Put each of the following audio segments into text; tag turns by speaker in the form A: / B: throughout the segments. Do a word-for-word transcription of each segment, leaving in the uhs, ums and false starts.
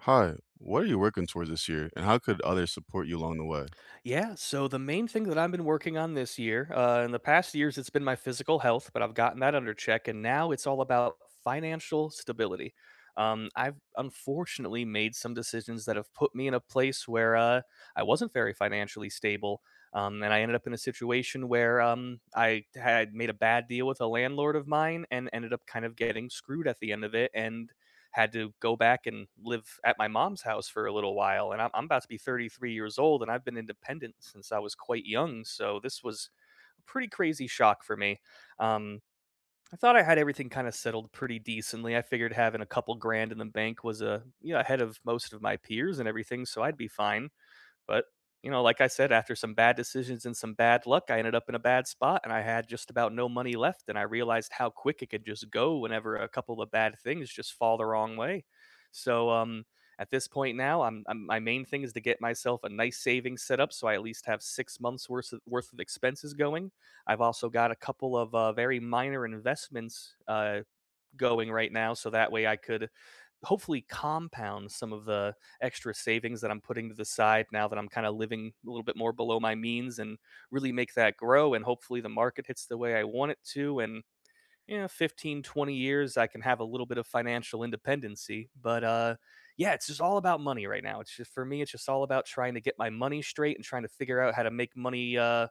A: Hi, what are you working towards this year, and how could others support you along the way?
B: Yeah, so the main thing that I've been working on this year, uh, in the past years, it's been my physical health, but I've gotten that under check, and now it's all about financial stability. Um, I've unfortunately made some decisions that have put me in a place where uh, I wasn't very financially stable, um, and I ended up in a situation where um, I had made a bad deal with a landlord of mine and ended up kind of getting screwed at the end of it, and had to go back and live at my mom's house for a little while. And I'm, I'm about to be thirty-three years old, and I've been independent since I was quite young. So this was a pretty crazy shock for me. Um, I thought I had everything kind of settled pretty decently. I figured having a couple grand in the bank was a you know ahead of most of my peers and everything, so I'd be fine. But, you know, like I said, after some bad decisions and some bad luck, I ended up in a bad spot and I had just about no money left. And I realized how quick it could just go whenever a couple of bad things just fall the wrong way. So, um, at this point now, I'm, I'm my main thing is to get myself a nice savings set up so I at least have six months worth of, worth of expenses going. I've also got a couple of uh, very minor investments uh, going right now so that way I could hopefully compound some of the extra savings that I'm putting to the side now that I'm kind of living a little bit more below my means and really make that grow, and hopefully the market hits the way I want it to, and you know, fifteen, twenty years, I can have a little bit of financial independency. But uh yeah, it's just all about money right now. It's just for me, it's just all about trying to get my money straight and trying to figure out how to make money uh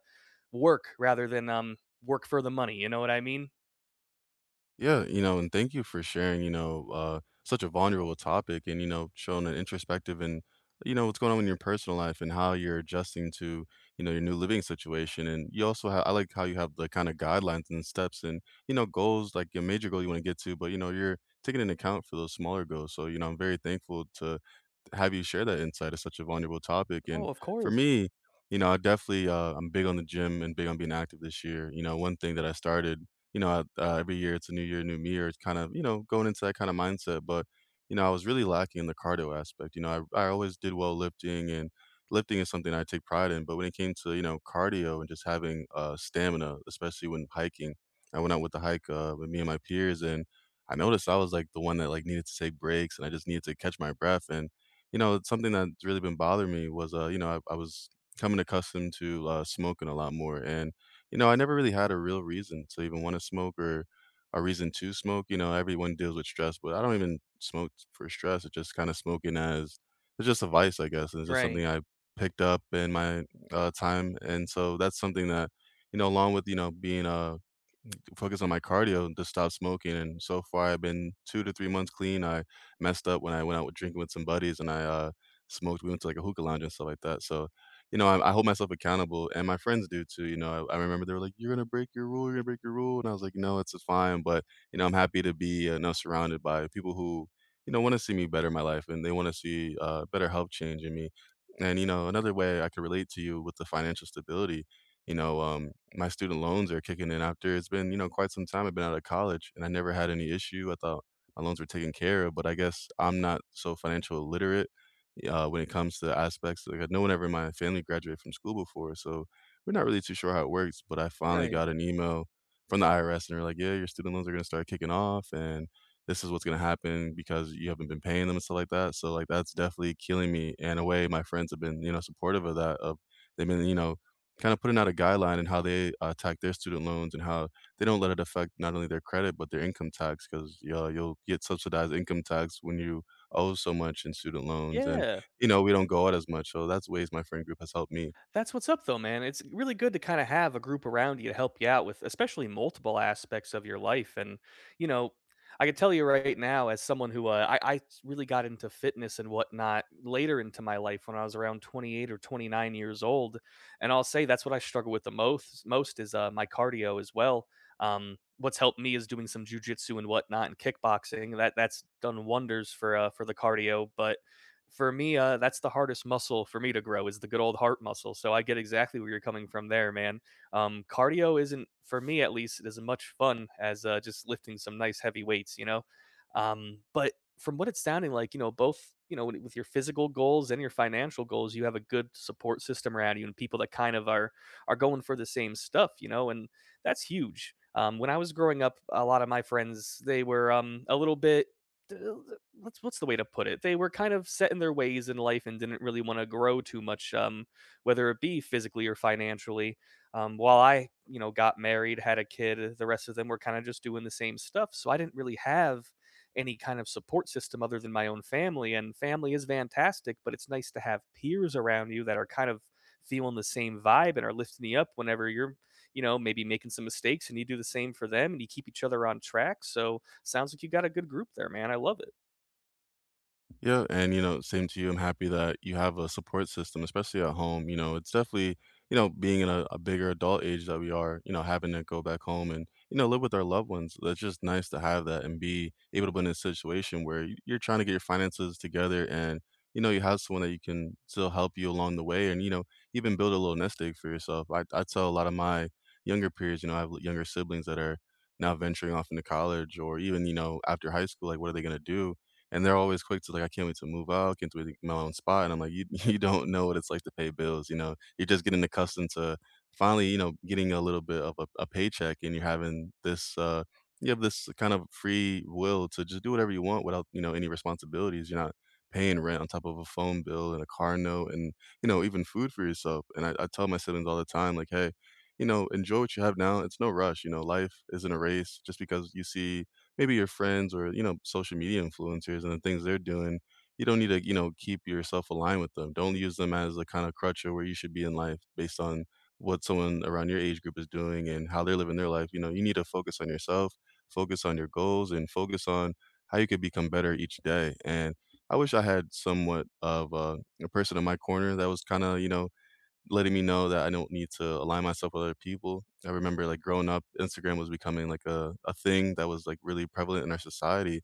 B: work rather than um work for the money, you know what I mean?
A: Yeah, you know, and thank you for sharing, you know, uh, such a vulnerable topic and, you know, showing an introspective and, you know, what's going on in your personal life and how you're adjusting to, you know, your new living situation. And you also have, I like how you have the kind of guidelines and steps and, you know, goals, like your major goal you want to get to, but, you know, you're taking into account for those smaller goals. So, you know, I'm very thankful to have you share that insight. It's such a vulnerable topic, and
B: Oh, of
A: for
B: course.
A: me, you know, I definitely uh, I'm big on the gym and big on being active this year. You know, one thing that I started, you know, I, uh, every year it's a new year, new me, or it's kind of, you know, going into that kind of mindset, but you know, I was really lacking in the cardio aspect. You know, I I always did well lifting, and lifting is something I take pride in, but when it came to, you know, cardio and just having uh, stamina, especially when hiking, I went out with the hike uh, with me and my peers, and I noticed I was like the one that like needed to take breaks, and I just needed to catch my breath. And you know, something that's really been bothering me was, uh, you know, I, I was coming accustomed to uh, smoking a lot more. And, you know, I never really had a real reason to even want to smoke or a reason to smoke. You know, everyone deals with stress, but I don't even smoke for stress. It's just kind of smoking as, it's just a vice, I guess. And it's just
B: Right.
A: something I picked up in my uh, time. And so that's something that, you know, along with, you know, being a focus on my cardio and just stop smoking, and so far I've been two to three months clean. I messed up when I went out with drinking with some buddies, and I, uh, smoked. We went to, like, a hookah lounge and stuff like that, so, you know, I I hold myself accountable, and my friends do too. You know, I I remember they were like, "You're gonna break your rule, you're gonna break your rule," and I was like, "No, it's it's fine," but, you know, I'm happy to be, uh, now surrounded by people who, you know, wanna see me better in my life, and they wanna see, uh, better health change in me, and, you know, another way I could relate to you with the financial stability, you know, um, my student loans are kicking in after it's been, you know, quite some time. I've been out of college and I never had any issue. I thought my loans were taken care of, but I guess I'm not so financial literate uh, when it comes to aspects. Like, no one ever in my family graduated from school before, so we're not really too sure how it works. But I finally
B: Right.
A: got an email from the I R S, and they're like, "Yeah, your student loans are going to start kicking off, and this is what's going to happen because you haven't been paying them and stuff like that." So, like, that's definitely killing me. And in a way, my friends have been, you know, supportive of that. Of They've been, you know, kind of putting out a guideline in how they uh, attack their student loans and how they don't let it affect not only their credit but their income tax, because you'll, you'll get subsidized income tax when you owe so much in student loans. And
B: Yeah.
A: you know, we don't go out as much, so that's ways my friend group has helped me.
B: That's what's up though, man. It's really good to kind of have a group around you to help you out with especially multiple aspects of your life. And you know, I can tell you right now, as someone who, uh, I I really got into fitness and whatnot later into my life when I was around twenty-eight or twenty-nine years old, and I'll say that's what I struggle with the most most is uh, my cardio as well. Um what's helped me is doing some jujitsu and whatnot and kickboxing. That that's done wonders for uh, for the cardio. But for me, uh, that's the hardest muscle for me to grow is the good old heart muscle. So I get exactly where you're coming from there, man. Um, cardio isn't for me at least as much fun as uh, just lifting some nice heavy weights, you know. Um, but from what it's sounding like, you know, both you know with your physical goals and your financial goals, you have a good support system around you and people that kind of are are going for the same stuff, you know, and that's huge. Um, when I was growing up, a lot of my friends they were um, a little bit d- what's what's the way to put it? They were kind of set in their ways in life and didn't really want to grow too much, um, whether it be physically or financially. Um, while I, you know, got married, had a kid, uh, the rest of them were kind of just doing the same stuff. So I didn't really have any kind of support system other than my own family. And family is fantastic, but it's nice to have peers around you that are kind of feeling the same vibe and are lifting you up whenever you're, you know, maybe making some mistakes, and you do the same for them, and you keep each other on track. So sounds like you got a good group there, man. I love it.
A: Yeah, and you know, same to you. I'm happy that you have a support system, especially at home. You know, it's definitely, you know, being in a, a bigger adult age that we are, you know, having to go back home and, you know, live with our loved ones. That's just nice to have that and be able to be in a situation where y- you're trying to get your finances together and, you know, you have someone that you can still help you along the way and, you know, even build a little nest egg for yourself. I, I tell a lot of my younger peers, you know, I have younger siblings that are now venturing off into college or even, you know, after high school, like, what are they going to do? And they're always quick to like, "I can't wait to move out, can't wait to get my own spot," and I'm like, "You you don't know what it's like to pay bills, you know? You're just getting accustomed to finally, you know, getting a little bit of a a paycheck, and you're having this, uh you have this kind of free will to just do whatever you want without, you know, any responsibilities. You're not paying rent on top of a phone bill and a car note and, you know, even food for yourself." And I I tell my siblings all the time, like, "Hey, you know, enjoy what you have now. It's no rush, you know, life isn't a race. Just because you see maybe your friends or, you know, social media influencers and the things they're doing, you don't need to, you know, keep yourself aligned with them. Don't use them as a kind of crutch or where you should be in life based on what someone around your age group is doing and how they're living their life. You know, you need to focus on yourself, focus on your goals, and focus on how you could become better each day." And I wish I had somewhat of a, a person in my corner that was kind of, you know, letting me know that I don't need to align myself with other people. I remember, like, growing up, Instagram was becoming, like, a a thing that was, like, really prevalent in our society,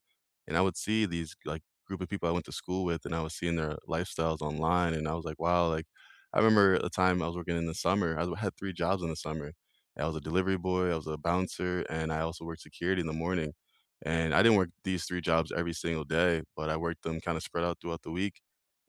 A: and I would see these, like, group of people I went to school with, and I was seeing their lifestyles online, and I was like, "Wow," like, I remember a time I was working in the summer. I had three jobs in the summer. I was a delivery boy, I was a bouncer, and I also worked security in the morning, and I didn't work these three jobs every single day, but I worked them kinda spread out throughout the week.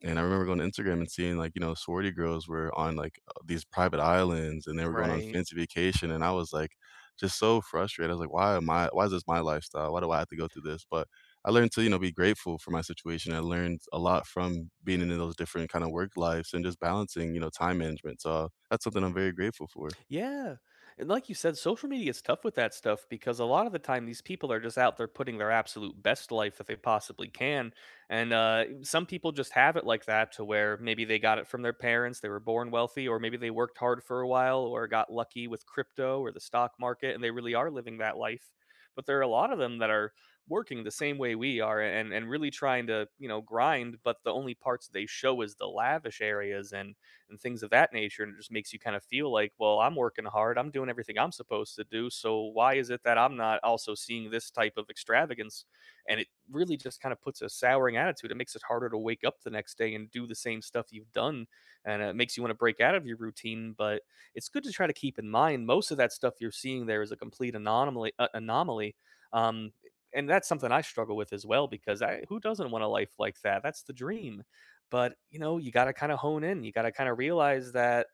A: And I remember going to Instagram and seeing, like, you know, sorority girls were on, like, uh, these private islands, and they were going on
B: Right.
A: fancy vacation, and I was, like, just so frustrated. I was like, "Why am I, why is this my lifestyle? Why do I have to go through this?" But I learned to, you know, be grateful for my situation. I learned a lot from being in those different kinda work lives and just balancing, you know, time management. So that's something I'm very grateful for.
B: Yeah. And like you said, social media is tough with that stuff because a lot of the time these people are just out there putting their absolute best life that they possibly can. And uh, some people just have it like that to where maybe they got it from their parents, they were born wealthy, or maybe they worked hard for a while or got lucky with crypto or the stock market and they really are living that life. But there are a lot of them that are working the same way we are, and, and really trying to, you know, grind, but the only parts they show is the lavish areas and and things of that nature. And it just makes you kind of feel like, well, I'm working hard, I'm doing everything I'm supposed to do, so why is it that I'm not also seeing this type of extravagance? And it really just kind of puts a souring attitude. It makes it harder to wake up the next day and do the same stuff you've done. And it makes you want to break out of your routine. But it's good to try to keep in mind most of that stuff you're seeing there is a complete anomaly. Uh, anomaly. Um, and that's something I struggle with as well because I, who doesn't want a life like that? That's the dream. But, you know, you gotta kinda hone in, you gotta kinda realize that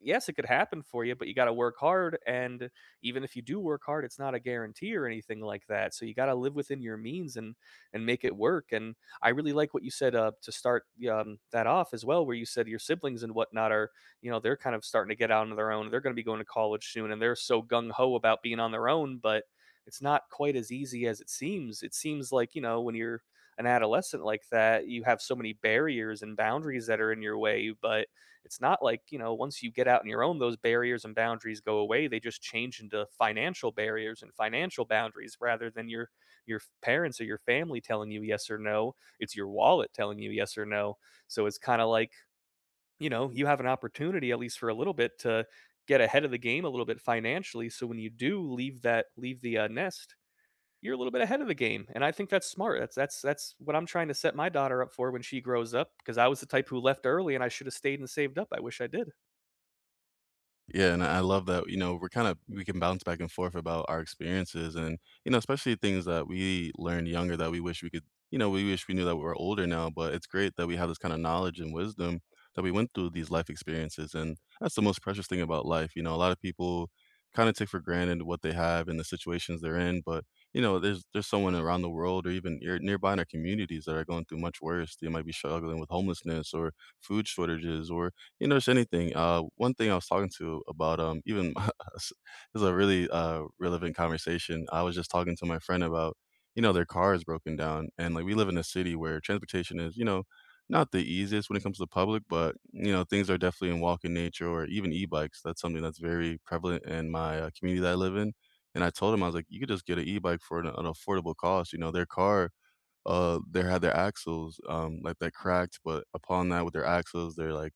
B: yes, it could happen for you, but you got to work hard. And even if you do work hard, it's not a guarantee or anything like that. So you got to live within your means and and make it work. And I really like what you said uh, to start um, that off as well, where you said your siblings and whatnot are, you know, they're kind of starting to get out on their own. They're going to be going to college soon, and they're so gung ho about being on their own, but it's not quite as easy as it seems. It seems like, you know, when you're an adolescent like that, you have so many barriers and boundaries that are in your way, but it's not like, you know, once you get out on your own, those barriers and boundaries go away. They just change into financial barriers and financial boundaries. Rather than your your parents or your family telling you yes or no, it's your wallet telling you yes or no. So it's kind of like, you know, you have an opportunity at least for a little bit to get ahead of the game a little bit financially, so when you do leave that, leave the uh, nest, you're a little bit ahead of the game. And I think that's smart. That's that's that's what I'm trying to set my daughter up for when she grows up, because I was the type who left early and I should have stayed and saved up. I wish I did.
A: Yeah, and I love that, you know, we're kind of, we can bounce back and forth about our experiences and, you know, especially things that we learned younger that we wish we could, you know, we wish we knew that we were older now, but it's great that we have this kind of knowledge and wisdom that we went through these life experiences, and that's the most precious thing about life. You know, a lot of people kind of take for granted what they have and the situations they're in, but you know, there's there's someone around the world or even near, nearby in our communities that are going through much worse. They might be struggling with homelessness or food shortages or you notice anything. Uh, one thing I was talking to about, um, even this is a really uh, relevant conversation. I was just talking to my friend about, you know, their car is broken down, and like we live in a city where transportation is, you know, not the easiest when it comes to the public, but you know, things are definitely in walking nature or even e-bikes. That's something that's very prevalent in my uh, community that I live in. And I told him I was like, you could just get an e-bike for an, an affordable cost. You know, their car uh, they had their axles, um, like, that cracked, but upon that, with their axles, their, like,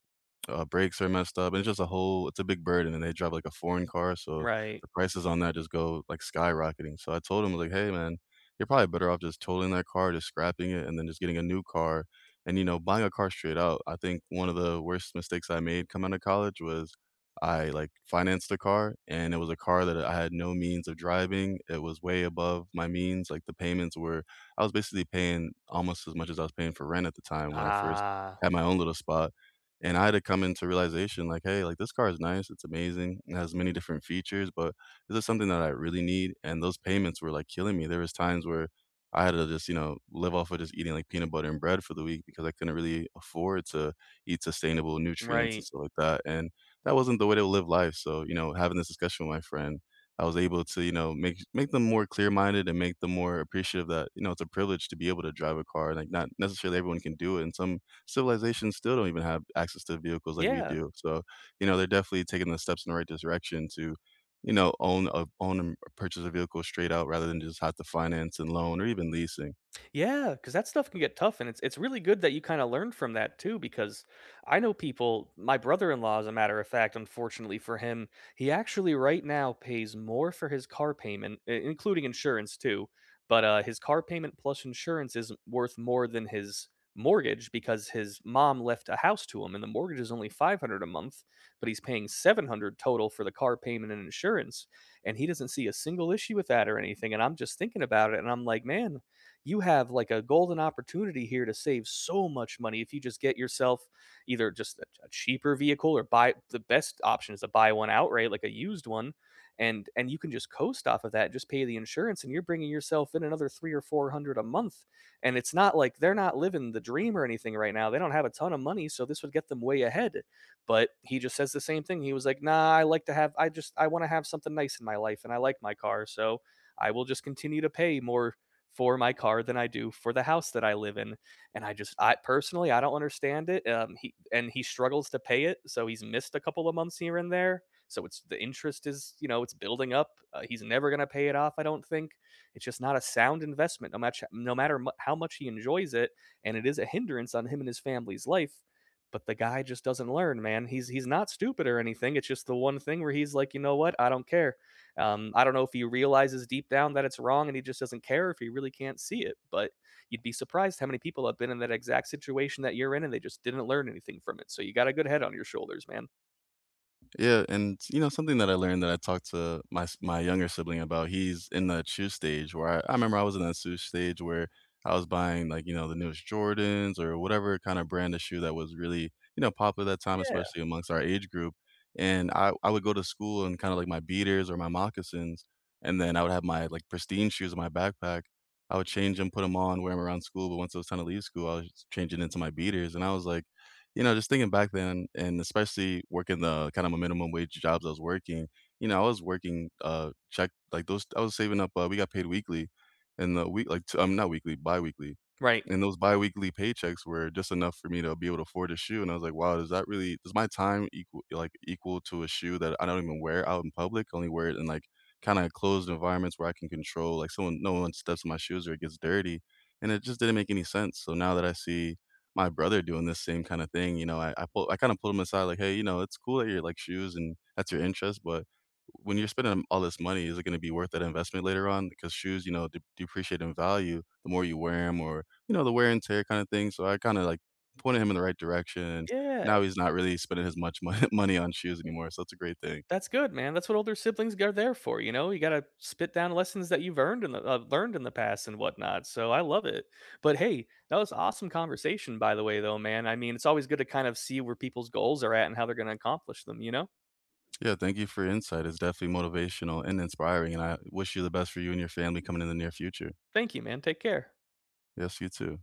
A: uh, brakes are messed up, and it's just a whole it's a big burden, and they drive, like, a foreign car, so
B: Right.
A: the prices on that just go, like, skyrocketing, so I told him, like, "Hey, man, you're probably better off just totaling that car, just scrapping it, and then just getting a new car," and, you know, buying a car straight out. I think one of the worst mistakes I made coming out of college was I, like, financed a car, and it was a car that I had no means of driving, it was way above my means, like, the payments were I was basically paying almost as much as I was paying for rent at the time when I first
B: Ah,
A: had my own little spot, and I had to come into realization like, "Hey, like, this car is nice, it's amazing, it has many different features, but is this something that I really need?" And those payments were, like, killing me. There was times where I had to just, you know, live off of just eating, like, peanut butter and bread for the week because I couldn't really afford to eat sustainable nutrients and
B: right.
A: stuff like that, and that wasn't the way to live life, so, you know, having this discussion with my friend I was able to, you know, make make them more clear-minded and make them more appreciative that, you know, it's a privilege to be able to drive a car, like, not necessarily everyone can do it, and some civilizations still don't even have access to vehicles like we
B: Yeah.
A: do, so, you know, they're definitely taking the steps in the right direction to, you know, own a own and purchase a vehicle straight out rather than just have to finance and loan or even leasing.
B: Yeah, because that stuff can get tough, and it's it's really good that you kind of learned from that too. Because I know people. My brother-in-law, as a matter of fact, unfortunately for him, he actually right now pays more for his car payment, i- including insurance too. But uh, his car payment plus insurance is worth more than his mortgage, because his mom left a house to him, and the mortgage is only five hundred a month, but he's paying seven hundred total for the car payment and insurance, and he doesn't see a single issue with that or anything. And I'm just thinking about it, and I'm like, man, you have like a golden opportunity here to save so much money if you just get yourself either just a, a cheaper vehicle, or buy, the best option is to buy one outright, like a used one, and and you can just coast off of that, just pay the insurance, and you're bringing yourself in another three or four hundred a month. And it's not like they're not living the dream or anything right now. They don't have a ton of money, so this would get them way ahead. But he just says the same thing. He was like, "Nah, I like to have. I just I want to have something nice in my life, and I like my car, so." I will just continue to pay more for my car than I do for the house that I live in. And I just, I personally, I don't understand it. Um, he and he struggles to pay it, so he's missed a couple of months here and there. So it's the interest is, you know, it's building up. Uh, he's never going to pay it off, I don't think. It's just not a sound investment. No matter no matter mu- how much he enjoys it, and it is a hindrance on him and his family's life. But the guy just doesn't learn, man. He's he's not stupid or anything. It's just the one thing where he's like, you know what? I don't care. Um, I don't know if he realizes deep down that it's wrong and he just doesn't care, if he really can't see it, but you'd be surprised how many people have been in that exact situation that you're in and they just didn't learn anything from it. So you got a good head on your shoulders, man.
A: Yeah, and you know something that I learned that I talked to my s- my younger sibling about. He's in the shoe stage where I, I remember I was in that shoe stage where I was buying like you know the newest Jordans or whatever kind of brand of shoe that was really you know popular at that time,
B: Yeah.
A: especially amongst our age group. And I I would go to school and kind of like my beaters or my moccasins, and then I would have my like pristine shoes in my backpack. I would change them, put them on, wear them around school. But once it was time to leave school, I was changing into my beaters, and I was like you know, just thinking back then, and especially working the kind of a minimum wage jobs I was working, you know, I was working, uh, check like those I was saving up, uh, we got paid weekly and the week like, t um, not weekly, biweekly,
B: Right.
A: and those biweekly paychecks were just enough for me to be able to afford a shoe, and I was like, "Wow, does that really does my time equal like, equal to a shoe that I don't even wear out in public? I only wear it in, like, kinda closed environments where I can control, like, someone no one steps in my shoes or it gets dirty," and it just didn't make any sense, so now that I see my brother doing this same kinda thing, you know, I I pull I kinda pulled him aside like, "Hey, you know, it's cool that you like shoes and that's your interest, but when you're spending all this money, is it gonna be worth that investment later on? Because shoes, you know, de depreciate in value the more you wear them, or, you know, the wear and tear kinda thing." So I kinda, like, pointed him in the right direction, and
B: Yeah,
A: now he's not really spending as much mon money on shoes anymore, so it's a great thing.
B: that's good, man. That's what older siblings are there for. You know, you got to spit down lessons that you've earned in the uh, learned in the past and whatnot. So I love it. But hey, that was awesome conversation, by the way, though, man. I mean, it's always good to kind of see where people's goals are at and how they're going to accomplish them. You know,
A: Yeah, thank you for your insight. It's definitely motivational and inspiring, and I wish you the best for you and your family coming in the near future.
B: thank you, man. Take care.
A: Yes, you too.